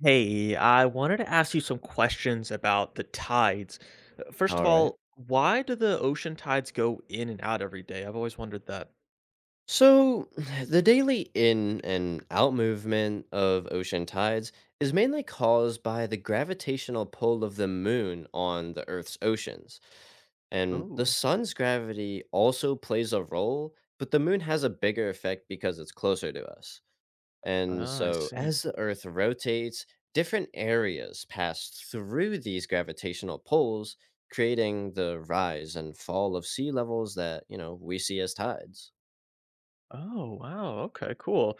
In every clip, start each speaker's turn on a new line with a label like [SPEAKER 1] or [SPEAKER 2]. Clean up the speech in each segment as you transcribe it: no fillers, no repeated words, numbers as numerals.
[SPEAKER 1] Hey, I wanted to ask you some questions about the tides. First of
[SPEAKER 2] All right.
[SPEAKER 1] all, why do the ocean tides go in and out every day? I've always wondered that.
[SPEAKER 2] So, the daily in and out movement of ocean tides is mainly caused by the gravitational pull of the moon on the Earth's oceans. And the
[SPEAKER 1] Oh,
[SPEAKER 2] sun's gravity also plays a role, but the moon has a bigger effect because it's closer to us. And
[SPEAKER 1] ah, I
[SPEAKER 2] so,
[SPEAKER 1] see.
[SPEAKER 2] as the Earth rotates, different areas pass through these gravitational pulls, creating the rise and fall of sea levels that we see as tides.
[SPEAKER 1] Oh, wow. Okay, cool.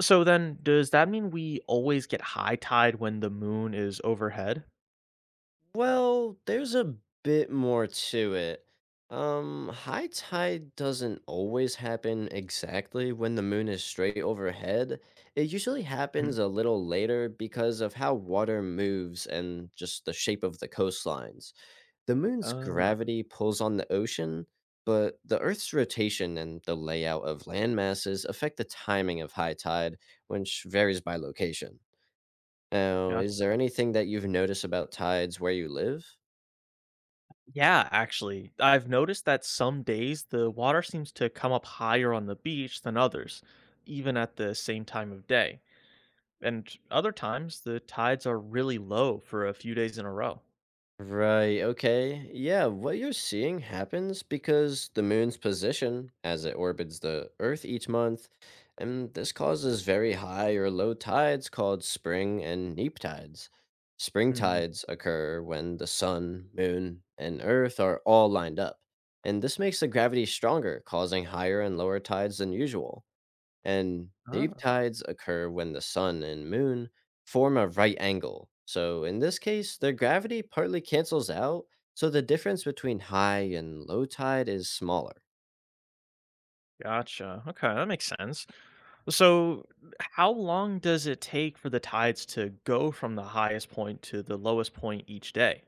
[SPEAKER 1] So then, does that mean we always get high tide when the moon is overhead?
[SPEAKER 2] Well, there's a bit more to it. High tide doesn't always happen exactly when the moon is straight overhead. It usually
[SPEAKER 1] Mhm.
[SPEAKER 2] happens a little later because of how water moves and just the shape of the coastlines. The moon's
[SPEAKER 1] Uh,
[SPEAKER 2] gravity pulls on the ocean, but the Earth's rotation and the layout of land masses affect the timing of high tide, which varies by location. Now, is
[SPEAKER 1] gotcha.
[SPEAKER 2] there anything that you've noticed about tides where you live?
[SPEAKER 1] Yeah, actually, I've noticed that some days the water seems to come up higher on the beach than others, even at the same time of day. And other times, the tides are really low for a few days in a row.
[SPEAKER 2] Right, okay. Yeah, what you're seeing happens because the moon's position as it orbits the Earth each month, and this causes very high or low tides called spring and neap tides. Spring
[SPEAKER 1] Hmm.
[SPEAKER 2] tides occur when the sun, moon, and Earth are all lined up, and this makes the gravity stronger, causing higher and lower tides than usual. And deep
[SPEAKER 1] Oh,
[SPEAKER 2] tides occur when the sun and moon form a right angle. So, in this case, their gravity partly cancels out, so the difference between high and low tide is smaller.
[SPEAKER 1] gotcha. Okay, that makes sense. So, how long does it take for the tides to go from the highest point to the lowest point each day?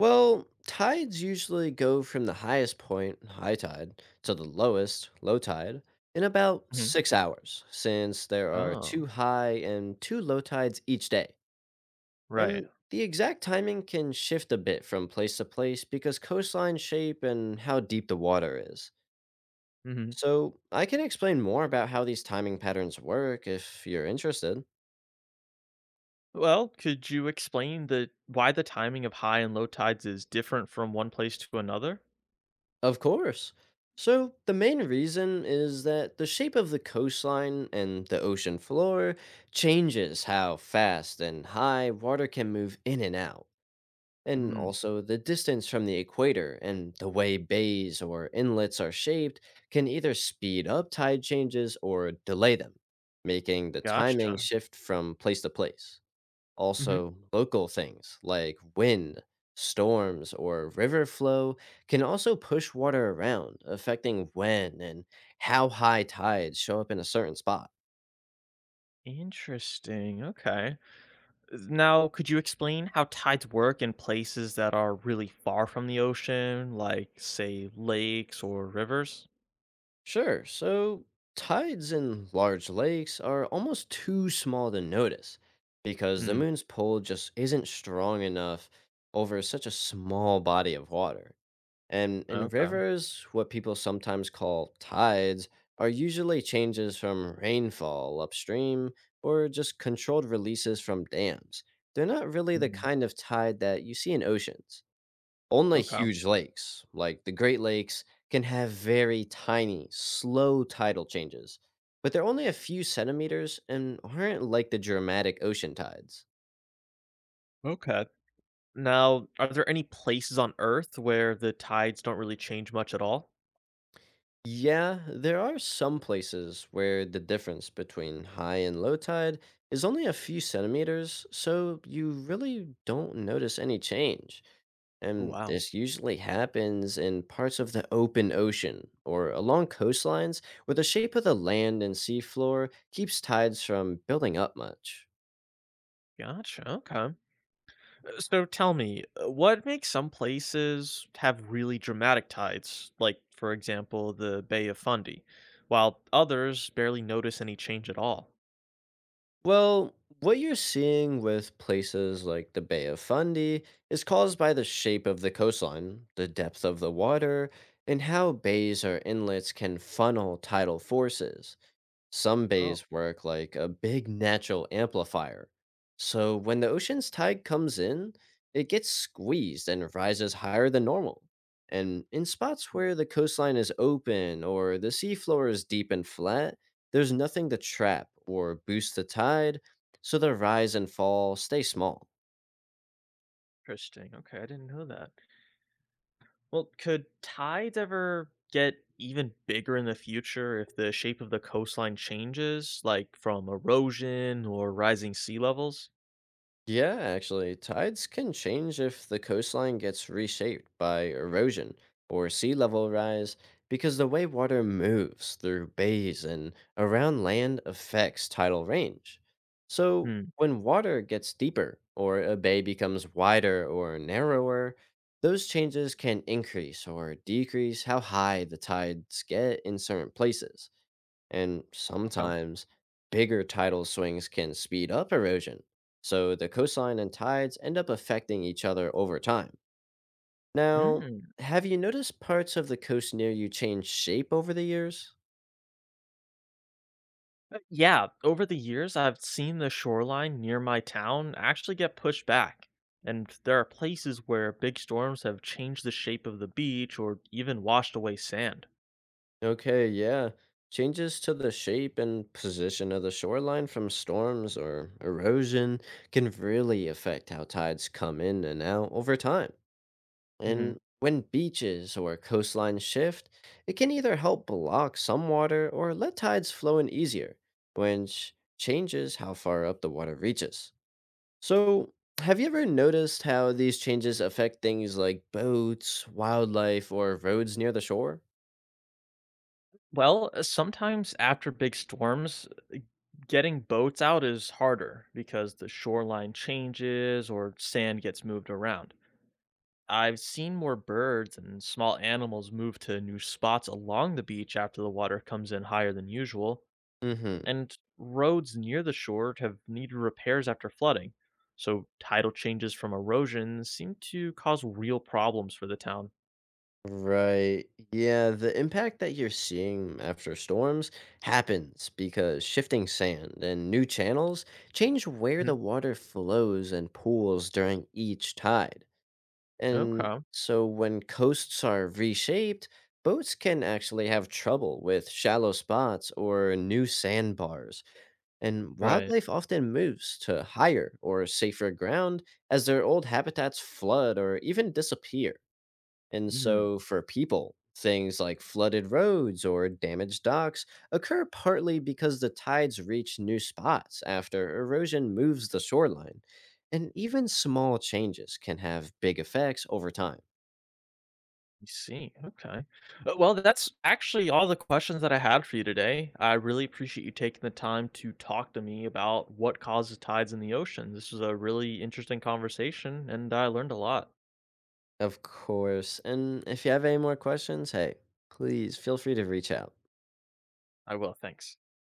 [SPEAKER 2] Well, tides usually go from the highest point, high tide, to the lowest, low tide, in about
[SPEAKER 1] Mhm.
[SPEAKER 2] 6 hours, since there are two
[SPEAKER 1] Oh,
[SPEAKER 2] high and two low tides each day.
[SPEAKER 1] right.
[SPEAKER 2] And the exact timing can shift a bit from place to place because coastline shape and how deep the water is.
[SPEAKER 1] Mhm.
[SPEAKER 2] So, I can explain more about how these timing patterns work if you're interested.
[SPEAKER 1] Well, could you explain the why the timing of high and low tides is different from one place to another?
[SPEAKER 2] Of course. So, the main reason is that the shape of the coastline and the ocean floor changes how fast and high water can move in and out. And
[SPEAKER 1] Mm,
[SPEAKER 2] also, the distance from the equator and the way bays or inlets are shaped can either speed up tide changes or delay them, making the timing
[SPEAKER 1] gotcha.
[SPEAKER 2] shift from place to place.
[SPEAKER 1] Hmm.
[SPEAKER 2] Also, local things like wind, storms, or river flow can also push water around, affecting when and how high tides show up in a certain spot.
[SPEAKER 1] Interesting. Okay. Now, could you explain how tides work in places that are really far from the ocean, like, say, lakes or rivers?
[SPEAKER 2] Sure. So tides in large lakes are almost too small to notice because the
[SPEAKER 1] Mm,
[SPEAKER 2] moon's pull just isn't strong enough over such a small body of water. And in
[SPEAKER 1] okay.
[SPEAKER 2] rivers, what people sometimes call tides are usually changes from rainfall upstream or just controlled releases from dams. They're not really the
[SPEAKER 1] Mm,
[SPEAKER 2] kind of tide that you see in oceans on
[SPEAKER 1] okay.
[SPEAKER 2] huge lakes, like the Great Lakes, can have very tiny, slow tidal changes, but they're only a few centimeters and aren't like the dramatic ocean tides.
[SPEAKER 1] Okay. Now, are there any places on Earth where the tides don't really change much at all?
[SPEAKER 2] Yeah, there are some places where the difference between high and low tide is only a few centimeters, so you really don't notice any change. And
[SPEAKER 1] Wow.
[SPEAKER 2] this usually happens in parts of the open ocean or along coastlines where the shape of the land and seafloor keeps tides from building up much.
[SPEAKER 1] Gotcha. Okay. So tell me, what makes some places have really dramatic tides, like, for example, the Bay of Fundy, while others barely notice any change at all?
[SPEAKER 2] Well, what you're seeing with places like the Bay of Fundy is caused by the shape of the coastline, the depth of the water, and how bays or inlets can funnel tidal forces. Some bays work like a big natural amplifier. So when the ocean's tide comes in, it gets squeezed and rises higher than normal. And in spots where the coastline is open or the seafloor is deep and flat, there's nothing to trap or boost the tide, so the rise and fall stay small.
[SPEAKER 1] Interesting. Okay, I didn't know that. Well, could tides ever get even bigger in the future if the shape of the coastline changes, like from erosion or rising sea levels?
[SPEAKER 2] Yeah, actually, tides can change if the coastline gets reshaped by erosion or sea level rise because the way water moves through bays and around land affects tidal range. So,
[SPEAKER 1] Hmm.
[SPEAKER 2] when water gets deeper or a bay becomes wider or narrower, those changes can increase or decrease how high the tides get in certain places and
[SPEAKER 1] Okay.
[SPEAKER 2] sometimes bigger tidal swings can speed up erosion, so the coastline and tides end up affecting each other over time. Now,
[SPEAKER 1] Hmm.
[SPEAKER 2] have you noticed parts of the coast near you change shape over the years?
[SPEAKER 1] Yeah, over the years, I've seen the shoreline near my town actually get pushed back. And there are places where big storms have changed the shape of the beach or even washed away sand.
[SPEAKER 2] Okay, yeah. Changes to the shape and position of the shoreline from storms or erosion can really affect how tides come in and out over time.
[SPEAKER 1] Hmm.
[SPEAKER 2] And when beaches or coastlines shift, it can either help block some water or let tides flow in easier, which changes how far up the water reaches. So, have you ever noticed how these changes affect things like boats, wildlife, or roads near the shore?
[SPEAKER 1] Well, sometimes after big storms, uh, getting boats out is harder because the shoreline changes or sand gets moved around. I've seen more birds and small animals move to new spots along the beach after the water comes in higher than usual,
[SPEAKER 2] Mm hmm.
[SPEAKER 1] and roads near the shore have needed repairs after flooding. So, tidal changes from erosion seem to cause real problems for the town.
[SPEAKER 2] Right. Yeah, the impact that you're seeing after storms happens because shifting sand and new channels change where the
[SPEAKER 1] Mhm.
[SPEAKER 2] water flows and pools during each tide. And
[SPEAKER 1] Okay.
[SPEAKER 2] so when coasts are reshaped, boats can actually have trouble with shallow spots or new sandbars. And
[SPEAKER 1] Right.
[SPEAKER 2] wildlife often moves to higher or safer ground as their old habitats flood or even disappear. And
[SPEAKER 1] Hmm.
[SPEAKER 2] so for people, things like flooded roads or damaged docks occur partly because the tides reach new spots after erosion moves the shoreline. And even small changes can have big effects over time.
[SPEAKER 1] I see. Okay. Well, that's actually all the questions that I had for you today. I really appreciate you taking the time to talk to me about what causes tides in the ocean. This was a really interesting conversation, and I learned a lot.
[SPEAKER 2] Of course. And if you have any more questions, hey, please feel free to reach out.
[SPEAKER 1] I will. Thanks.